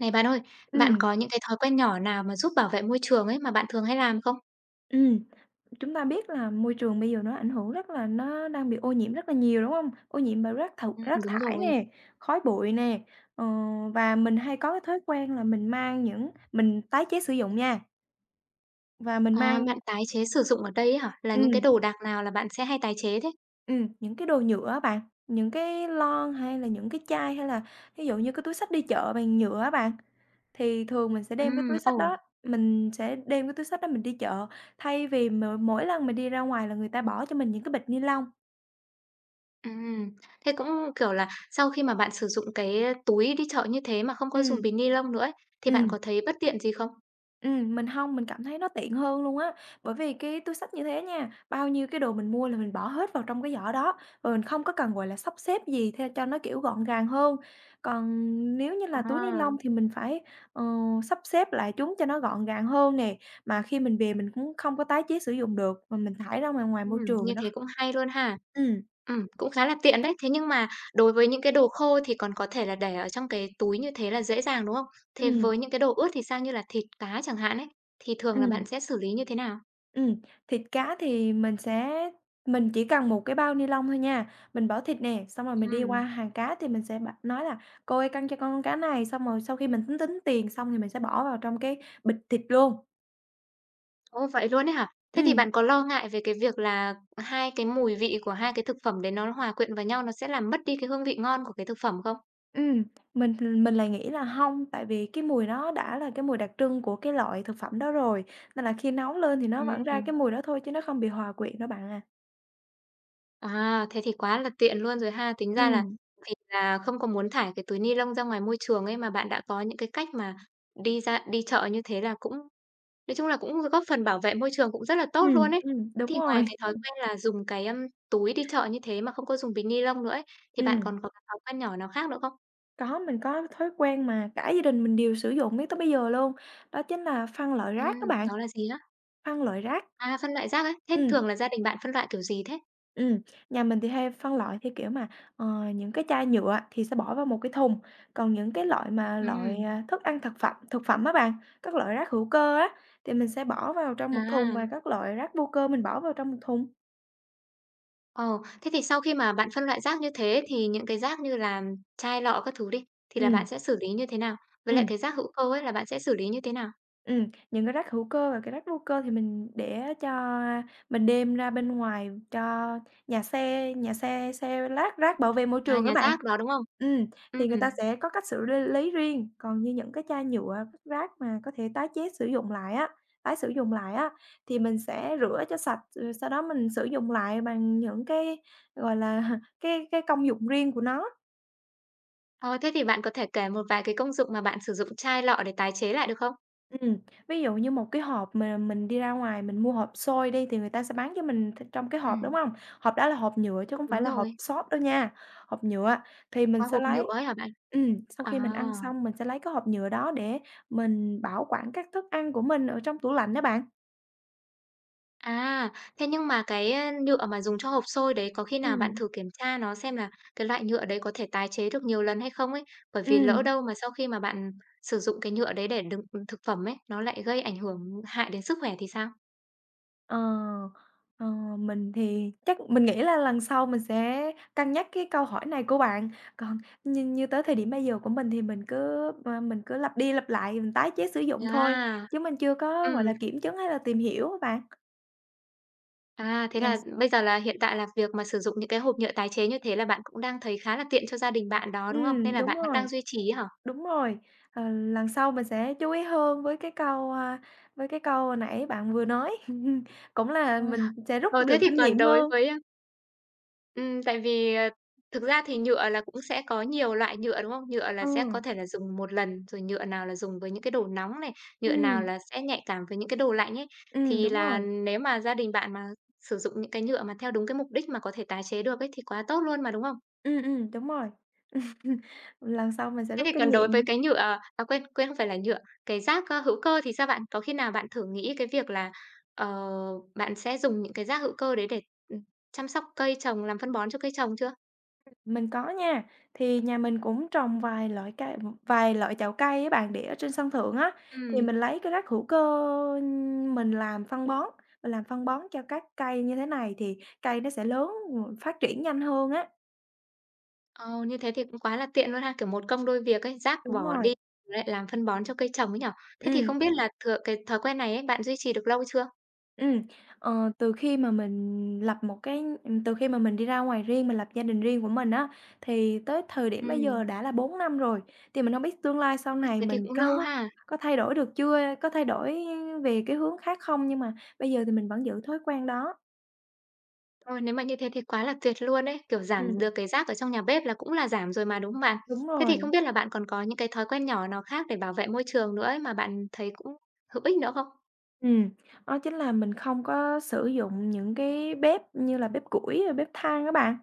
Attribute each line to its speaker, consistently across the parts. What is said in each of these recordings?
Speaker 1: Này bạn ơi, bạn
Speaker 2: Ừm,
Speaker 1: có những cái thói quen nhỏ nào mà giúp bảo vệ môi trường ấy mà bạn thường hay làm không?
Speaker 2: ừm, Chúng ta biết là môi trường bây giờ nó ảnh hưởng rất là nó đang bị ô nhiễm rất là nhiều, đúng không? Ô nhiễm bởi rác
Speaker 1: Đúng
Speaker 2: thải
Speaker 1: rồi.
Speaker 2: nè, khói bụi nè, ờ, và mình hay có cái thói quen là mình mang những mình tái chế sử dụng nha, và mình
Speaker 1: À,
Speaker 2: mang
Speaker 1: bạn tái chế sử dụng ở đây ấy hả? Là những cái
Speaker 2: ừm,
Speaker 1: đồ đạc nào là bạn sẽ hay tái chế thế?
Speaker 2: những cái đồ nhựa á bạn, những cái lon hay là những cái chai, hay là ví dụ như cái túi xách đi chợ bằng nhựa á bạn. Thì thường mình sẽ đem cái túi xách đó,
Speaker 1: Ồ,
Speaker 2: mình sẽ đem cái túi xách đó mình đi chợ, thay vì mỗi lần mình đi ra ngoài là người ta bỏ cho mình những cái bịch ni lông.
Speaker 1: ừm. Thế cũng, kiểu là, sau khi mà bạn sử dụng cái túi đi chợ như thế mà không có dùng
Speaker 2: Ừm,
Speaker 1: bình ni lông nữa ấy, thì bạn
Speaker 2: ừm,
Speaker 1: có thấy bất tiện gì không?
Speaker 2: mình hông, mình cảm thấy nó tiện hơn luôn á. Bởi vì cái túi xách như thế nha, bao nhiêu cái đồ mình mua là mình bỏ hết vào trong cái giỏ đó, rồi mình không có cần, gọi là, sắp xếp gì theo cho nó, kiểu, gọn gàng hơn. Còn nếu như là túi ni
Speaker 1: À,
Speaker 2: lông thì mình phải, ờ, sắp xếp lại chúng cho nó gọn gàng hơn nè, mà khi mình về mình cũng không có tái chế sử dụng được, mà mình thải ra ngoài ngoài môi trường thì
Speaker 1: như
Speaker 2: nó
Speaker 1: thế
Speaker 2: kh
Speaker 1: cũng hay luôn ha.
Speaker 2: ừm,
Speaker 1: Cũng khá là tiện đấy. Thế nhưng mà đối với những cái đồ khô thì còn có thể là để ở trong cái túi như thế là dễ dàng, đúng không? Thế
Speaker 2: ừm,
Speaker 1: với những cái đồ ướt thì sao, như là thịt cá chẳng hạn ấy, thì thường là bạn
Speaker 2: ừm.
Speaker 1: sẽ xử lý như thế nào?
Speaker 2: Ừm, Thịt cá thì mình sẽ mình chỉ cần một cái bao ni lông thôi nha, mình bỏ thịt nè, xong rồi mình đi qua
Speaker 1: Ừm,
Speaker 2: hàng cá thì mình sẽ nói là "Cô ơi, cân cho con cá này." Xong rồi sau khi mình tính tính tiền xong thì mình sẽ bỏ vào trong cái bịch thịt luôn.
Speaker 1: ô, vậy luôn ấy hả? Thế thì
Speaker 2: Ừm,
Speaker 1: bạn có lo ngại về cái việc là hai cái mùi vị của hai cái thực phẩm đấy nó hòa quyện vào nhau, nó sẽ làm mất đi cái hương vị ngon của cái thực phẩm không?
Speaker 2: ừm, mình lại nghĩ là không tại vì cái mùi nó đã là cái mùi đặc trưng của cái loại thực phẩm đó rồi, nên là khi nấu lên thì nó vẫn ra cái
Speaker 1: Ừm,
Speaker 2: mùi đó thôi chứ nó không bị hòa quyện đó bạn à.
Speaker 1: à, thế thì quá là tiện luôn rồi ha. Tính ra là
Speaker 2: Ừm,
Speaker 1: vì là không có muốn thải cái túi ni lông ra ngoài môi trường ấy, mà bạn đã có những cái cách mà đi ra đi chợ như thế là cũng. Nói chung là cũng góp phần bảo vệ môi trường cũng rất là tốt
Speaker 2: ừm,
Speaker 1: luôn ấy.
Speaker 2: ừm,
Speaker 1: Thế
Speaker 2: đúng
Speaker 1: thì ngoài
Speaker 2: rồi.
Speaker 1: cái thói quen là dùng cái, túi đi chợ như thế mà không có dùng bịch ni lông nữa ấy, thì bạn
Speaker 2: ừm.
Speaker 1: còn có cái thói quen nhỏ nào khác nữa không?
Speaker 2: Có, mình có thói quen mà cả gia đình mình đều sử dụng đến tới bây giờ luôn, đó chính là phân loại rác các bạn,
Speaker 1: Đó là gì á?
Speaker 2: phân loại rác.
Speaker 1: À, phân loại rác á? Thế
Speaker 2: Ừm,
Speaker 1: thường là gia đình bạn phân loại kiểu gì thế?
Speaker 2: ừm, nhà mình thì hay phân loại theo kiểu mà, ờ, những cái chai nhựa thì sẽ bỏ vào một cái thùng, còn những cái loại
Speaker 1: Ừm,
Speaker 2: à, thức ăn thực phẩm á bạn, các loại rác hữu cơ á, thì mình sẽ bỏ vào trong một thùng
Speaker 1: À,
Speaker 2: và các loại rác vô cơ mình bỏ vào trong một thùng.
Speaker 1: ờ, thế thì sau khi mà bạn phân loại rác như thế thì những cái rác như là chai lọ các thứ đi, thì là
Speaker 2: Ừm,
Speaker 1: bạn sẽ xử lý như thế nào? Với lại
Speaker 2: ừm.
Speaker 1: cái rác hữu cơ ấy là bạn sẽ xử lý như thế nào?
Speaker 2: Những cái rác hữu cơ và cái rác vô cơ thì mình để cho mình đem ra bên ngoài cho nhà xe xe lát rác bảo vệ môi
Speaker 1: À,
Speaker 2: trường các
Speaker 1: nhà
Speaker 2: bạn.
Speaker 1: rác đó, đúng không?
Speaker 2: Ừm, thì người ta
Speaker 1: Ừm.
Speaker 2: sẽ có cách xử lý lý riêng, còn như những cái chai nhựa, các rác mà có thể tái chế sử dụng lại á, tái sử dụng lại á, thì mình sẽ rửa cho sạch, rồi sau đó mình sử dụng lại bằng những cái, gọi là, cái công dụng riêng của nó.
Speaker 1: Ờ, Thế thì bạn có thể kể một vài cái công dụng mà bạn sử dụng chai lọ để tái chế lại được không?
Speaker 2: Ừm, ví dụ như một cái hộp mà mình đi ra ngoài mình mua hộp xôi đi thì người ta sẽ bán cho mình trong cái hộp, đúng
Speaker 1: Ừm.
Speaker 2: không? Hộp đó là hộp nhựa chứ không phải
Speaker 1: Đúng
Speaker 2: là hộp
Speaker 1: rồi,
Speaker 2: xốp đâu nha, hộp nhựa thì mình
Speaker 1: qua
Speaker 2: sẽ
Speaker 1: hộp nhựa
Speaker 2: lấy
Speaker 1: ấy hả bạn?
Speaker 2: sau
Speaker 1: À,
Speaker 2: khi mình ăn xong mình sẽ lấy cái hộp nhựa đó để mình bảo quản các thức ăn của mình ở trong tủ lạnh đó bạn.
Speaker 1: à, thế nhưng mà cái, nhựa mà dùng cho hộp xôi đấy, có khi nào bạn
Speaker 2: Ừm,
Speaker 1: thử kiểm tra nó xem là cái loại nhựa đấy có thể tái chế được nhiều lần hay không ấy? Bởi vì lỡ
Speaker 2: ừm.
Speaker 1: đâu mà sau khi mà bạn sử dụng cái nhựa đấy để đựng thực phẩm ấy, nó lại gây ảnh hưởng hại đến sức khỏe thì sao?
Speaker 2: Ờ, ờ, mình thì chắc mình nghĩ là lần sau mình sẽ cân nhắc cái câu hỏi này của bạn. Còn như như tới thời điểm bây giờ của mình thì mình cứ, mình cứ lặp đi lặp lại, mình tái chế sử dụng thôi,
Speaker 1: À.
Speaker 2: chứ mình chưa có, gọi là,
Speaker 1: Ừm.
Speaker 2: kiểm chứng hay là tìm hiểu á bạn.
Speaker 1: À, thế
Speaker 2: Lần
Speaker 1: là
Speaker 2: s
Speaker 1: bây giờ là hiện tại là việc mà sử dụng những cái hộp nhựa tái chế như thế là bạn cũng đang thấy khá là tiện cho gia đình bạn đó, đúng không? Nên là
Speaker 2: đúng
Speaker 1: bạn vẫn
Speaker 2: rồi,
Speaker 1: đang duy trì ấy hả?
Speaker 2: đúng rồi. Ờ, lần sau mình sẽ chú ý hơn với cái câu, a, với cái câu hồi nãy bạn vừa nói. Cũng là
Speaker 1: Ừm.
Speaker 2: mình sẽ rút
Speaker 1: Thế
Speaker 2: được
Speaker 1: thì
Speaker 2: kinh
Speaker 1: còn
Speaker 2: nghiệm
Speaker 1: đối
Speaker 2: hơn.
Speaker 1: với tại vì, thực ra thì nhựa là cũng sẽ có nhiều loại nhựa, đúng không? Nhựa
Speaker 2: Ừ,
Speaker 1: là sẽ có thể là dùng một lần, rồi nhựa nào là dùng với những cái đồ nóng này, nhựa nào
Speaker 2: ừm,
Speaker 1: là sẽ nhạy cảm với những cái đồ lạnh ấy.
Speaker 2: ừm,
Speaker 1: Thì
Speaker 2: đúng
Speaker 1: là
Speaker 2: rồi.
Speaker 1: nếu mà gia đình bạn mà sử dụng những cái nhựa mà theo đúng cái mục đích mà có thể tái chế được ấy thì quá tốt luôn mà, đúng không?
Speaker 2: Đúng rồi. Lần sau mình sẽ
Speaker 1: Thế
Speaker 2: rút
Speaker 1: thì
Speaker 2: kinh
Speaker 1: còn đối với
Speaker 2: nghiệm.
Speaker 1: cái nhựa à, à, quên, quên không phải là nhựa, cái rác, hữu cơ thì sao bạn? Có khi nào bạn thử nghĩ cái việc là, ờ, bạn sẽ dùng những cái rác hữu cơ đấy để, ừm, chăm sóc cây trồng, làm phân bón cho cây trồng chưa?
Speaker 2: Mình có nha, thì nhà mình cũng trồng vài loại chậu cây á bạn, để ở trên sân thượng á, thì
Speaker 1: Ừm,
Speaker 2: mình lấy cái rác hữu cơ mình làm phân bón, mình làm phân bón cho các cây như thế này thì cây nó sẽ lớn, phát triển nhanh hơn á.
Speaker 1: ờ, như thế thì cũng quá là tiện luôn ha, kiểu, một công đôi việc ấy, rác
Speaker 2: Đúng
Speaker 1: bỏ
Speaker 2: rồi,
Speaker 1: đi lại làm phân bón cho cây trồng ấy nhở? Thế thì
Speaker 2: ừ
Speaker 1: không biết là thừa cái thói quen này ấy, bạn duy trì được lâu chưa?
Speaker 2: Ừm, từ khi mà mình lập một cái từ khi mà mình đi ra ngoài riêng, mình lập gia đình riêng của mình á, thì tới thời điểm bây giờ
Speaker 1: Ừm,
Speaker 2: đã là 4 năm rồi, thì mình không biết tương lai sau
Speaker 1: ôi,
Speaker 2: này
Speaker 1: thế thì
Speaker 2: mình
Speaker 1: cũng lâu ha.
Speaker 2: có thay đổi được chưa, có thay đổi về cái hướng khác không, nhưng mà bây giờ thì mình vẫn giữ thói quen đó.
Speaker 1: Ôi, nếu mà như thế thì quá là tuyệt luôn ấy, kiểu, giảm
Speaker 2: Ừm,
Speaker 1: được cái rác ở trong nhà bếp là cũng là giảm rồi mà, đúng không bạn?
Speaker 2: đúng
Speaker 1: Thế thì
Speaker 2: rồi.
Speaker 1: không biết là bạn còn có những cái thói quen nhỏ nào khác để bảo vệ môi trường nữa ấy mà bạn thấy cũng hữu ích nữa không?
Speaker 2: Ừ đó chính là mình không có sử dụng những cái bếp như là bếp củi rồi bếp than các bạn.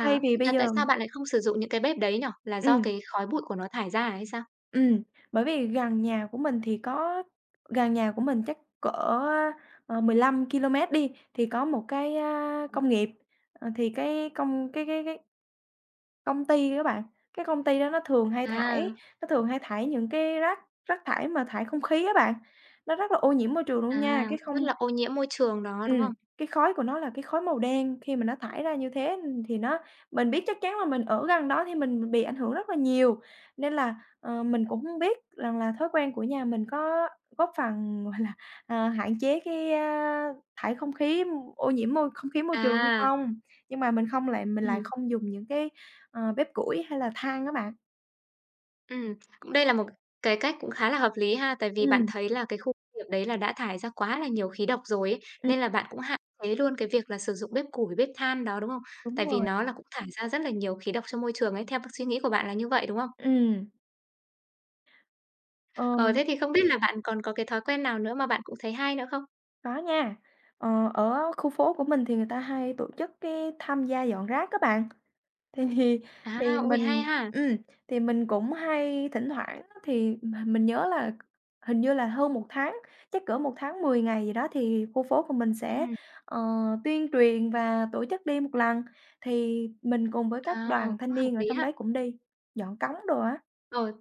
Speaker 2: Thay vì bây
Speaker 1: là tại
Speaker 2: giờ.
Speaker 1: sao bạn lại không sử dụng những cái bếp đấy nhỉ? Là
Speaker 2: ừ
Speaker 1: do cái khói bụi của nó thải ra à hay sao?
Speaker 2: Ừ, Bởi vì gần nhà của mình thì có gần nhà của mình chắc cỡ, 15 km đi, thì có một cái, a, công nghiệp, ờ, thì cái công cái công ty đó bạn, cái công ty đó nó thường hay thải
Speaker 1: À,
Speaker 2: nó thường hay thải những cái rác rác thải mà thải không khí á bạn, nó rất là ô nhiễm môi trường luôn
Speaker 1: à,
Speaker 2: nha. Cái
Speaker 1: rất
Speaker 2: không
Speaker 1: là ô nhiễm môi trường đó,
Speaker 2: Ừm,
Speaker 1: đúng không?
Speaker 2: cái khói của nó là cái khói màu đen, khi mà nó thải ra như thế, thì nó mình biết chắc chắn là mình ở gần đó thì mình bị ảnh hưởng rất là nhiều, nên là, mình cũng hông biết rằng là thói quen của nhà mình có góp phần, gọi là, hạn chế cái, a, thải không khí, ô nhiễm không khí môi trường hay
Speaker 1: À,
Speaker 2: không. Nhưng mà mình
Speaker 1: ừ.
Speaker 2: lại không dùng những cái bếp củi hay là than á bạn?
Speaker 1: Cũng đây là một cái cách cũng khá là hợp lý ha, tại vì bạn
Speaker 2: Ừm,
Speaker 1: thấy là cái khu công nghiệp đấy là đã thải ra quá là nhiều khí độc rồi ấy,
Speaker 2: ừm,
Speaker 1: nên là bạn cũng hạn chế luôn cái việc là sử dụng bếp củi, bếp than đó, đúng không?
Speaker 2: Đúng
Speaker 1: Tại vì
Speaker 2: rồi.
Speaker 1: nó là cũng thải ra rất là nhiều khí độc cho môi trường ấy, theo cái suy nghĩ của bạn là như vậy, đúng không?
Speaker 2: ừm.
Speaker 1: Ờ,
Speaker 2: Ờm,
Speaker 1: Thế thì không biết là bạn còn có cái thói quen nào nữa mà bạn cũng thấy hay nữa không?
Speaker 2: có nha. Ờ, ở khu phố của mình thì người ta hay tổ chức cái tham gia dọn rác các bạn. Thì thì
Speaker 1: À, ui hay
Speaker 2: mình
Speaker 1: ha!
Speaker 2: ừm, thì mình cũng hay thỉnh thoảng á thì mà mình nhớ là hình như là hơn một tháng, chắc cỡ một tháng 10 ngày gì đó thì khu phố của mình sẽ,
Speaker 1: Ừm,
Speaker 2: ờ, tuyên truyền và tổ chức đi một lần. Thì mình cùng với các
Speaker 1: à,
Speaker 2: đoàn thanh
Speaker 1: cũng hợp
Speaker 2: niên ở
Speaker 1: lý
Speaker 2: trong
Speaker 1: á.
Speaker 2: đấy cũng đi, dọn cống đồ á.
Speaker 1: Rồi.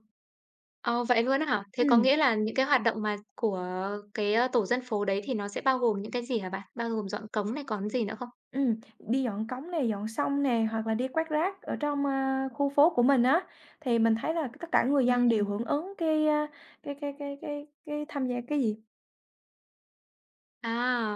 Speaker 1: Vậy luôn á hả? Thế có
Speaker 2: Ừm.
Speaker 1: nghĩa là những cái hoạt động mà của cái, tổ dân phố đấy thì nó sẽ bao gồm những cái gì hả bạn? Bao gồm dọn cống này, còn gì nữa không?
Speaker 2: Đi dọn cống nè, dọn sông nè, hoặc là đi quét rác ở trong, a, khu phố của mình á, thì mình thấy là tất cả người dân đều
Speaker 1: Ừm,
Speaker 2: hưởng ứng cái, a, cái tham gia cái gì?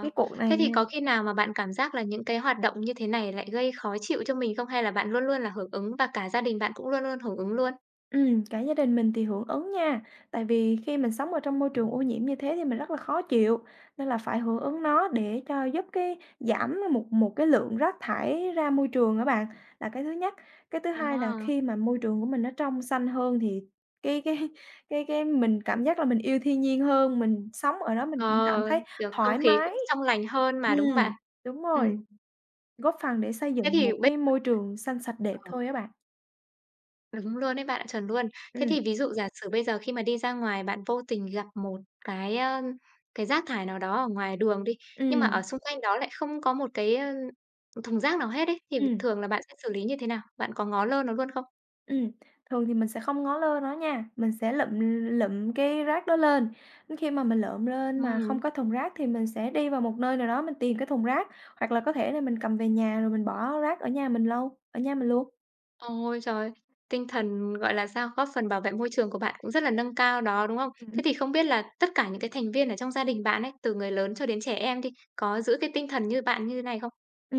Speaker 2: Cái cuộc này
Speaker 1: thế thì
Speaker 2: nha.
Speaker 1: có khi nào mà bạn cảm giác là những cái hoạt động như thế này lại gây khó chịu cho mình không? Hay là bạn luôn luôn là hưởng ứng và cả gia đình bạn cũng luôn luôn hưởng ứng luôn?
Speaker 2: Cả gia đình mình thì hưởng ứng nha, tại vì khi mình sống ở trong môi trường ô nhiễm như thế thì mình rất là khó chịu, nên là phải hưởng ứng nó để cho giúp cái giảm một một cái lượng rác thải ra môi trường các bạn, là cái thứ nhất. Cái thứ hai là
Speaker 1: À,
Speaker 2: khi mà môi trường của mình nó trong xanh hơn thì cái cái cái mình cảm giác là mình yêu thiên nhiên hơn, mình sống ở đó mình
Speaker 1: ờ,
Speaker 2: cũng cảm thấy
Speaker 1: kiểu, không
Speaker 2: thoải
Speaker 1: khí
Speaker 2: mái.
Speaker 1: cũng trong lành hơn mà, đúng không bạn?
Speaker 2: Ừm, đúng rồi,
Speaker 1: Ừm,
Speaker 2: góp phần để xây
Speaker 1: thế
Speaker 2: dựng
Speaker 1: thì
Speaker 2: một
Speaker 1: bây
Speaker 2: cái môi trường xanh sạch đẹp thôi các bạn.
Speaker 1: Đúng luôn đấy bạn ạ, chuẩn luôn.
Speaker 2: ừ,
Speaker 1: Thế thì ví dụ giả sử bây giờ khi mà đi ra ngoài bạn vô tình gặp một cái, cái rác thải nào đó ở ngoài đường đi, nhưng mà ở
Speaker 2: ừ,
Speaker 1: xung quanh đó lại không có một cái, thùng rác nào hết ấy, thì
Speaker 2: ừm.
Speaker 1: thường là bạn sẽ xử lý như thế nào? Bạn có ngó lơ nó luôn không?
Speaker 2: Ừm, thường thì mình sẽ không ngó lơ nó nha, mình sẽ lụm lụm cái rác đó lên, đến khi mà mình lượm lên mà không
Speaker 1: Ừ,
Speaker 2: có thùng rác thì mình sẽ đi vào một nơi nào đó mình tìm cái thùng rác, hoặc là có thể là mình cầm về nhà rồi mình bỏ rác ở nhà mình lâu ở nhà mình luôn.
Speaker 1: ôi trời! Tinh thần, gọi là sao, góp phần bảo vệ môi trường của bạn cũng rất là nâng cao đó, đúng không?
Speaker 2: Ừm.
Speaker 1: Thế thì không biết là tất cả những cái thành viên ở trong gia đình bạn ấy, từ người lớn cho đến trẻ em đi, có giữ cái tinh thần như bạn như thế này không?
Speaker 2: Ừ,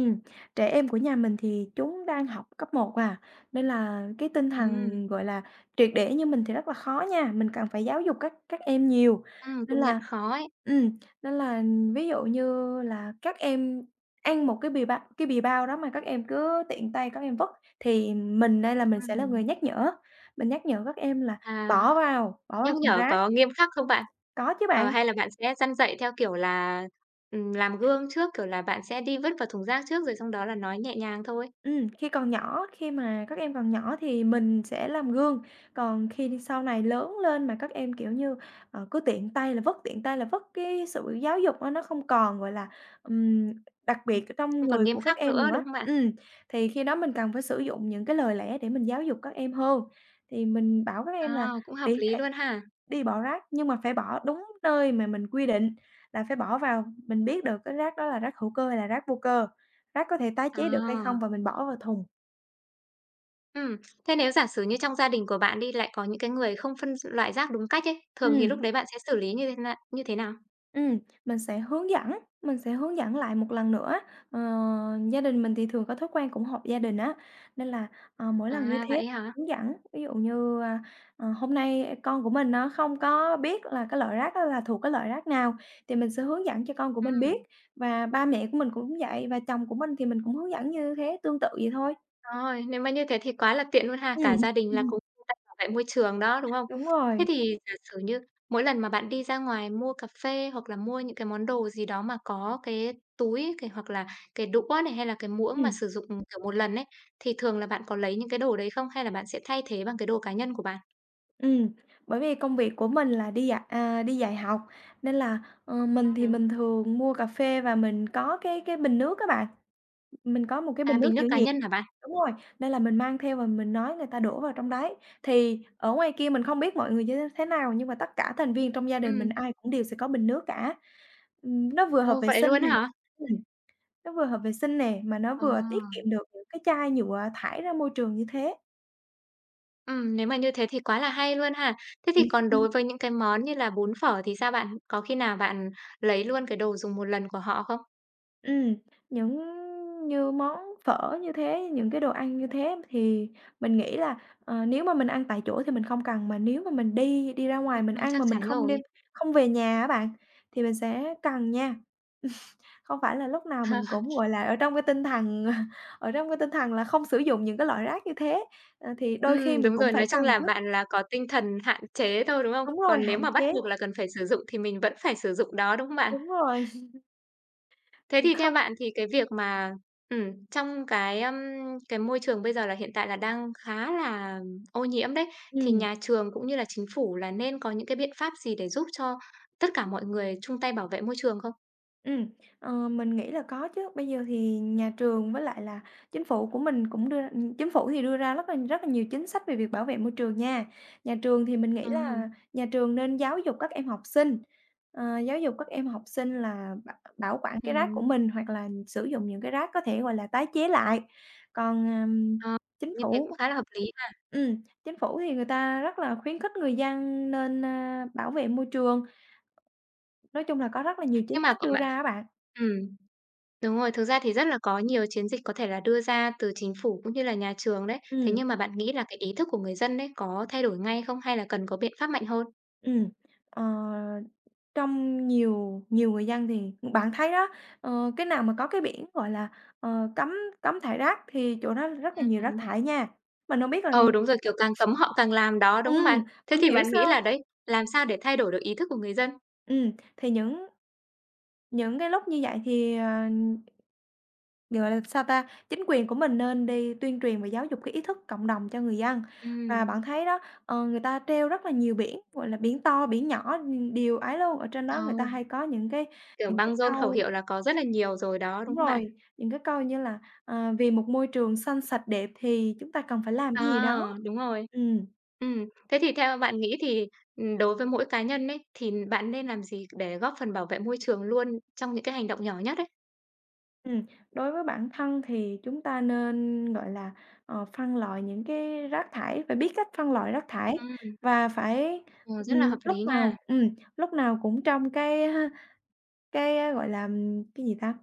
Speaker 2: trẻ em của nhà mình thì chúng đang học cấp 1 à, nên là cái tinh
Speaker 1: Ừ,
Speaker 2: thần, gọi là, triệt để như mình thì rất là khó nha, mình cần phải giáo dục các em nhiều. Nên
Speaker 1: công nhận
Speaker 2: là
Speaker 1: khó ấy.
Speaker 2: ừm, nên là ví dụ như là các em ăn một cái bì bao đó mà các em cứ tiện tay các em vứt thì mình sẽ là người
Speaker 1: Ừm,
Speaker 2: nhắc nhở, mình nhắc nhở các em là
Speaker 1: à.
Speaker 2: bỏ vào
Speaker 1: Nhắc
Speaker 2: thùng
Speaker 1: nhở
Speaker 2: rác,
Speaker 1: có nghiêm khắc không bạn?
Speaker 2: có chứ bạn.
Speaker 1: Hay là bạn sẽ răn dạy theo kiểu là, làm gương trước, kiểu là, bạn sẽ đi vứt vào thùng rác trước rồi xong đó là nói nhẹ nhàng thôi?
Speaker 2: Khi mà các em còn nhỏ thì mình sẽ làm gương, còn khi sau này lớn lên mà các em, kiểu như, cứ tiện tay là vất, tiện tay là vất, cái sự giáo dục á nó không còn, gọi là, ừm, đặc
Speaker 1: Ừm.
Speaker 2: biệt ở trong
Speaker 1: Không còn
Speaker 2: người
Speaker 1: nghiêm
Speaker 2: của các
Speaker 1: khắc
Speaker 2: em
Speaker 1: nữa,
Speaker 2: nữa.
Speaker 1: đúng không bạn?
Speaker 2: Thì khi đó mình cần phải sử dụng những cái lời lẽ để mình giáo dục các em hơn. Thì mình bảo các em là:
Speaker 1: À, cũng hợp
Speaker 2: "Đi
Speaker 1: lý luôn ha.
Speaker 2: Đi bỏ rác nhưng mà phải bỏ đúng nơi mà mình quy định, là phải bỏ vào, mình biết được cái rác đó là rác hữu cơ hay là rác vô cơ, rác có thể tái
Speaker 1: À,
Speaker 2: chế được hay không, và mình bỏ vào thùng."
Speaker 1: ừm, thế nếu giả sử như trong gia đình của bạn đi, lại có những cái người không phân loại rác đúng cách ấy, thường thì lúc
Speaker 2: Ừm.
Speaker 1: đấy bạn sẽ xử lý như thế na như thế nào?
Speaker 2: Ừm, mình sẽ hướng dẫn, mình sẽ hướng dẫn lại một lần nữa. Ờ, Gia đình mình thì thường có thói quen cũng họp gia đình á, nên là, mỗi lần như
Speaker 1: À,
Speaker 2: thế
Speaker 1: vậy hả?
Speaker 2: hướng dẫn. Ví dụ như, hôm nay con của mình nó không có biết là cái loại rác đó là thuộc cái loại rác nào, thì mình sẽ hướng dẫn cho con của mình biết,
Speaker 1: Ừm.
Speaker 2: và ba mẹ của mình cũng vậy, và chồng của mình thì mình cũng hướng dẫn như thế, tương tự vậy thôi.
Speaker 1: Rồi, nếu mà như thế thì quá là tiện luôn ha, cả
Speaker 2: Ừm.
Speaker 1: gia đình là cùng chung tay bảo vệ môi trường đó, đúng không?
Speaker 2: Đúng rồi,
Speaker 1: Thế thì giả sử như mỗi lần mà bạn đi ra ngoài mua cà phê hoặc là mua những cái món đồ gì đó mà có cái túi, cái hoặc là cái đũa này, hay là cái muỗng mà
Speaker 2: ừm.
Speaker 1: sử dụng, kiểu, một lần ấy, thì thường là bạn có lấy những cái đồ đấy không? Hay là bạn sẽ thay thế bằng cái đồ cá nhân của bạn?
Speaker 2: Ừm, Bởi vì công việc của mình là đi dạy à, đi dạy học, nên là, mình thì
Speaker 1: Ừm.
Speaker 2: mình thường mua cà phê và mình có cái bình nước các bạn. Mình có một cái
Speaker 1: À,
Speaker 2: bình nước
Speaker 1: bình nước
Speaker 2: giữ
Speaker 1: cá
Speaker 2: nhiệt,
Speaker 1: nhân hả bạn?
Speaker 2: đúng rồi, nên là mình mang theo và mình nói người ta đổ vào trong đấy. Thì ở ngoài kia mình không biết mọi người như thế nào, nhưng mà tất cả thành viên trong gia đình mình
Speaker 1: Ừm.
Speaker 2: ai cũng đều sẽ có bình nước cả. Nó vừa hợp
Speaker 1: Ồ,
Speaker 2: vệ
Speaker 1: vậy
Speaker 2: sinh
Speaker 1: luôn
Speaker 2: nè,
Speaker 1: á hả?
Speaker 2: ừm, nó vừa hợp vệ sinh nè, mà nó
Speaker 1: Ờ.
Speaker 2: vừa tiết kiệm được những cái chai nhựa thải ra môi trường như thế.
Speaker 1: Nếu mà như thế thì quá là hay luôn ha. Thế thì còn
Speaker 2: Ừm.
Speaker 1: đối với những cái món như là bún phở thì sao bạn? Có khi nào bạn lấy luôn cái đồ dùng một lần của họ không?
Speaker 2: Ừm, những Như món phở như thế, những cái đồ ăn như thế thì mình nghĩ là, nếu mà mình ăn tại chỗ thì mình không cần, mà nếu mà mình đi đi ra
Speaker 1: Ừm,
Speaker 2: ngoài mình
Speaker 1: ừm,
Speaker 2: ăn
Speaker 1: chắc
Speaker 2: mà mình
Speaker 1: chắn rồi.
Speaker 2: không về nhà á bạn, thì mình sẽ cần nha. Không phải là lúc nào mình cũng, gọi là, ở trong cái tinh thần ở trong cái tinh thần là không sử dụng những cái loại rác như thế, thì đôi khi mình
Speaker 1: Đúng
Speaker 2: cũng
Speaker 1: rồi,
Speaker 2: phải
Speaker 1: nói
Speaker 2: cần
Speaker 1: chung là
Speaker 2: chứ.
Speaker 1: bạn là có tinh thần hạn chế thôi, đúng không?
Speaker 2: Đúng rồi,
Speaker 1: Còn nếu
Speaker 2: hạn
Speaker 1: mà bắt
Speaker 2: chế,
Speaker 1: buộc là cần phải sử dụng thì mình vẫn phải sử dụng đó, đúng không bạn?
Speaker 2: đúng rồi.
Speaker 1: Thế thì theo
Speaker 2: Không.
Speaker 1: bạn thì cái việc mà, trong cái, cái môi trường bây giờ là hiện tại là đang khá là ô nhiễm đấy,
Speaker 2: Ừ.
Speaker 1: thì nhà trường cũng như là chính phủ là nên có những cái biện pháp gì để giúp cho tất cả mọi người chung tay bảo vệ môi trường không?
Speaker 2: Ừm, mình nghĩ là có chứ. Bây giờ thì nhà trường với lại là chính phủ của mình cũng đưa chính phủ thì đưa ra rất là nhiều chính sách về việc bảo vệ môi trường nha. Nhà trường thì mình nghĩ là
Speaker 1: Ừm,
Speaker 2: nhà trường nên giáo dục các em học sinh, giáo dục các em học sinh là bảo bảo quản cái rác của
Speaker 1: ừm.
Speaker 2: mình, hoặc là sử dụng những cái rác có thể, gọi là, tái chế lại. Còn,
Speaker 1: Ờ,
Speaker 2: chính
Speaker 1: Như thế cũng
Speaker 2: phủ
Speaker 1: khá là hợp lý ha.
Speaker 2: chính phủ thì người ta rất là khuyến khích người dân nên, bảo vệ môi trường. Nói chung là có rất là nhiều chính
Speaker 1: Nhưng mà
Speaker 2: sách
Speaker 1: cậu
Speaker 2: đưa
Speaker 1: bạn
Speaker 2: ra á bạn.
Speaker 1: ừm, Đúng rồi, thực ra thì rất là có nhiều chiến dịch có thể là đưa ra từ chính phủ cũng như là nhà trường đấy. Thế
Speaker 2: Ừm.
Speaker 1: nhưng mà bạn nghĩ là cái ý thức của người dân đấy có thay đổi ngay không hay là cần có biện pháp mạnh hơn?
Speaker 2: Ừm, ờ, trong nhiều nhiều người dân thì bạn thấy đó, cái nào mà có cái biển, gọi là, cấm cấm thải rác thì chỗ đó rất là nhiều rác
Speaker 1: Ừm.
Speaker 2: thải nha. Mình hông biết là
Speaker 1: Ừ, đúng rồi, kiểu, càng cấm họ càng làm đó, đúng không bạn?
Speaker 2: mình
Speaker 1: Thế
Speaker 2: hông
Speaker 1: thì
Speaker 2: hiểu
Speaker 1: bạn nghĩ
Speaker 2: sao,
Speaker 1: là đấy, làm sao để thay đổi được ý thức của người dân?
Speaker 2: thì những cái lúc như vậy thì, gọi là, sao ta, chính quyền của mình nên đi tuyên truyền và giáo dục cái ý thức cộng đồng cho người dân. Và bạn
Speaker 1: Ừm,
Speaker 2: thấy đó, người ta treo rất là nhiều biển, gọi là, biển to, biển nhỏ, điều ấy luôn, ở trên đó
Speaker 1: ờ,
Speaker 2: người ta hay có
Speaker 1: kiểu,
Speaker 2: những cái
Speaker 1: băng rôn khẩu
Speaker 2: câu.
Speaker 1: hiệu là có rất là nhiều rồi đó,
Speaker 2: Đúng
Speaker 1: đúng không
Speaker 2: rồi,
Speaker 1: bạn?
Speaker 2: những cái câu như là, "Vì một môi trường xanh sạch đẹp thì chúng ta cần phải làm cái gì
Speaker 1: À,
Speaker 2: đó."
Speaker 1: đúng rồi.
Speaker 2: Ừm,
Speaker 1: Thế thì theo bạn nghĩ thì, đối với mỗi cá nhân ấy, thì bạn nên làm gì để góp phần bảo vệ môi trường luôn trong những cái hành động nhỏ nhất ấy?
Speaker 2: ừm, Đối với bản thân thì chúng ta nên, gọi là, phân loại những cái rác thải, phải biết cách phân loại rác thải,
Speaker 1: Ừm,
Speaker 2: và phải,
Speaker 1: ờ, rất
Speaker 2: ừm,
Speaker 1: là hợp
Speaker 2: lúc
Speaker 1: lý
Speaker 2: nào
Speaker 1: nha.
Speaker 2: ừm, lúc nào cũng trong cái, gọi là, cái gì ta?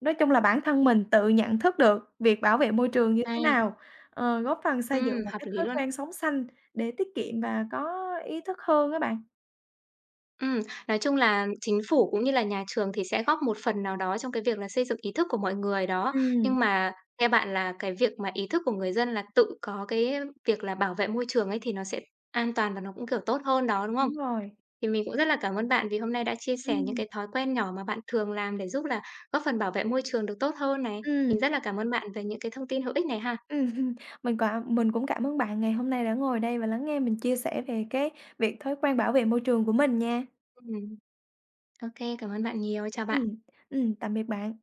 Speaker 2: Nói chung là bản thân mình tự nhận thức được việc bảo vệ môi trường như
Speaker 1: À,
Speaker 2: thế nào, góp phần xây dựng một
Speaker 1: hợp
Speaker 2: cái
Speaker 1: lý
Speaker 2: thói
Speaker 1: luôn.
Speaker 2: quen sống xanh để tiết kiệm và có ý thức hơn các bạn.
Speaker 1: Ừm, nói chung là chính phủ cũng như là nhà trường thì sẽ góp một phần nào đó trong cái việc là xây dựng ý thức của mọi người đó.
Speaker 2: Ừm,
Speaker 1: Nhưng mà theo bạn là cái việc mà ý thức của người dân là tự có cái việc là bảo vệ môi trường ấy thì nó sẽ an toàn và nó cũng, kiểu, tốt hơn đó, đúng không?
Speaker 2: đúng rồi.
Speaker 1: Thì mình cũng rất là cảm ơn bạn vì hôm nay đã chia sẻ những
Speaker 2: Ừm,
Speaker 1: cái thói quen nhỏ mà bạn thường làm để giúp là góp phần bảo vệ môi trường được tốt hơn này. Mình
Speaker 2: ừm,
Speaker 1: rất là cảm ơn bạn về những cái thông tin hữu ích này ha.
Speaker 2: hừm. Mình cũng cảm ơn bạn ngày hôm nay đã ngồi đây và lắng nghe mình chia sẻ về cái việc thói quen bảo vệ môi trường của mình nha.
Speaker 1: Ừm, ô cảm ơn bạn nhiều. Chào bạn.
Speaker 2: Ừm, tạm biệt bạn.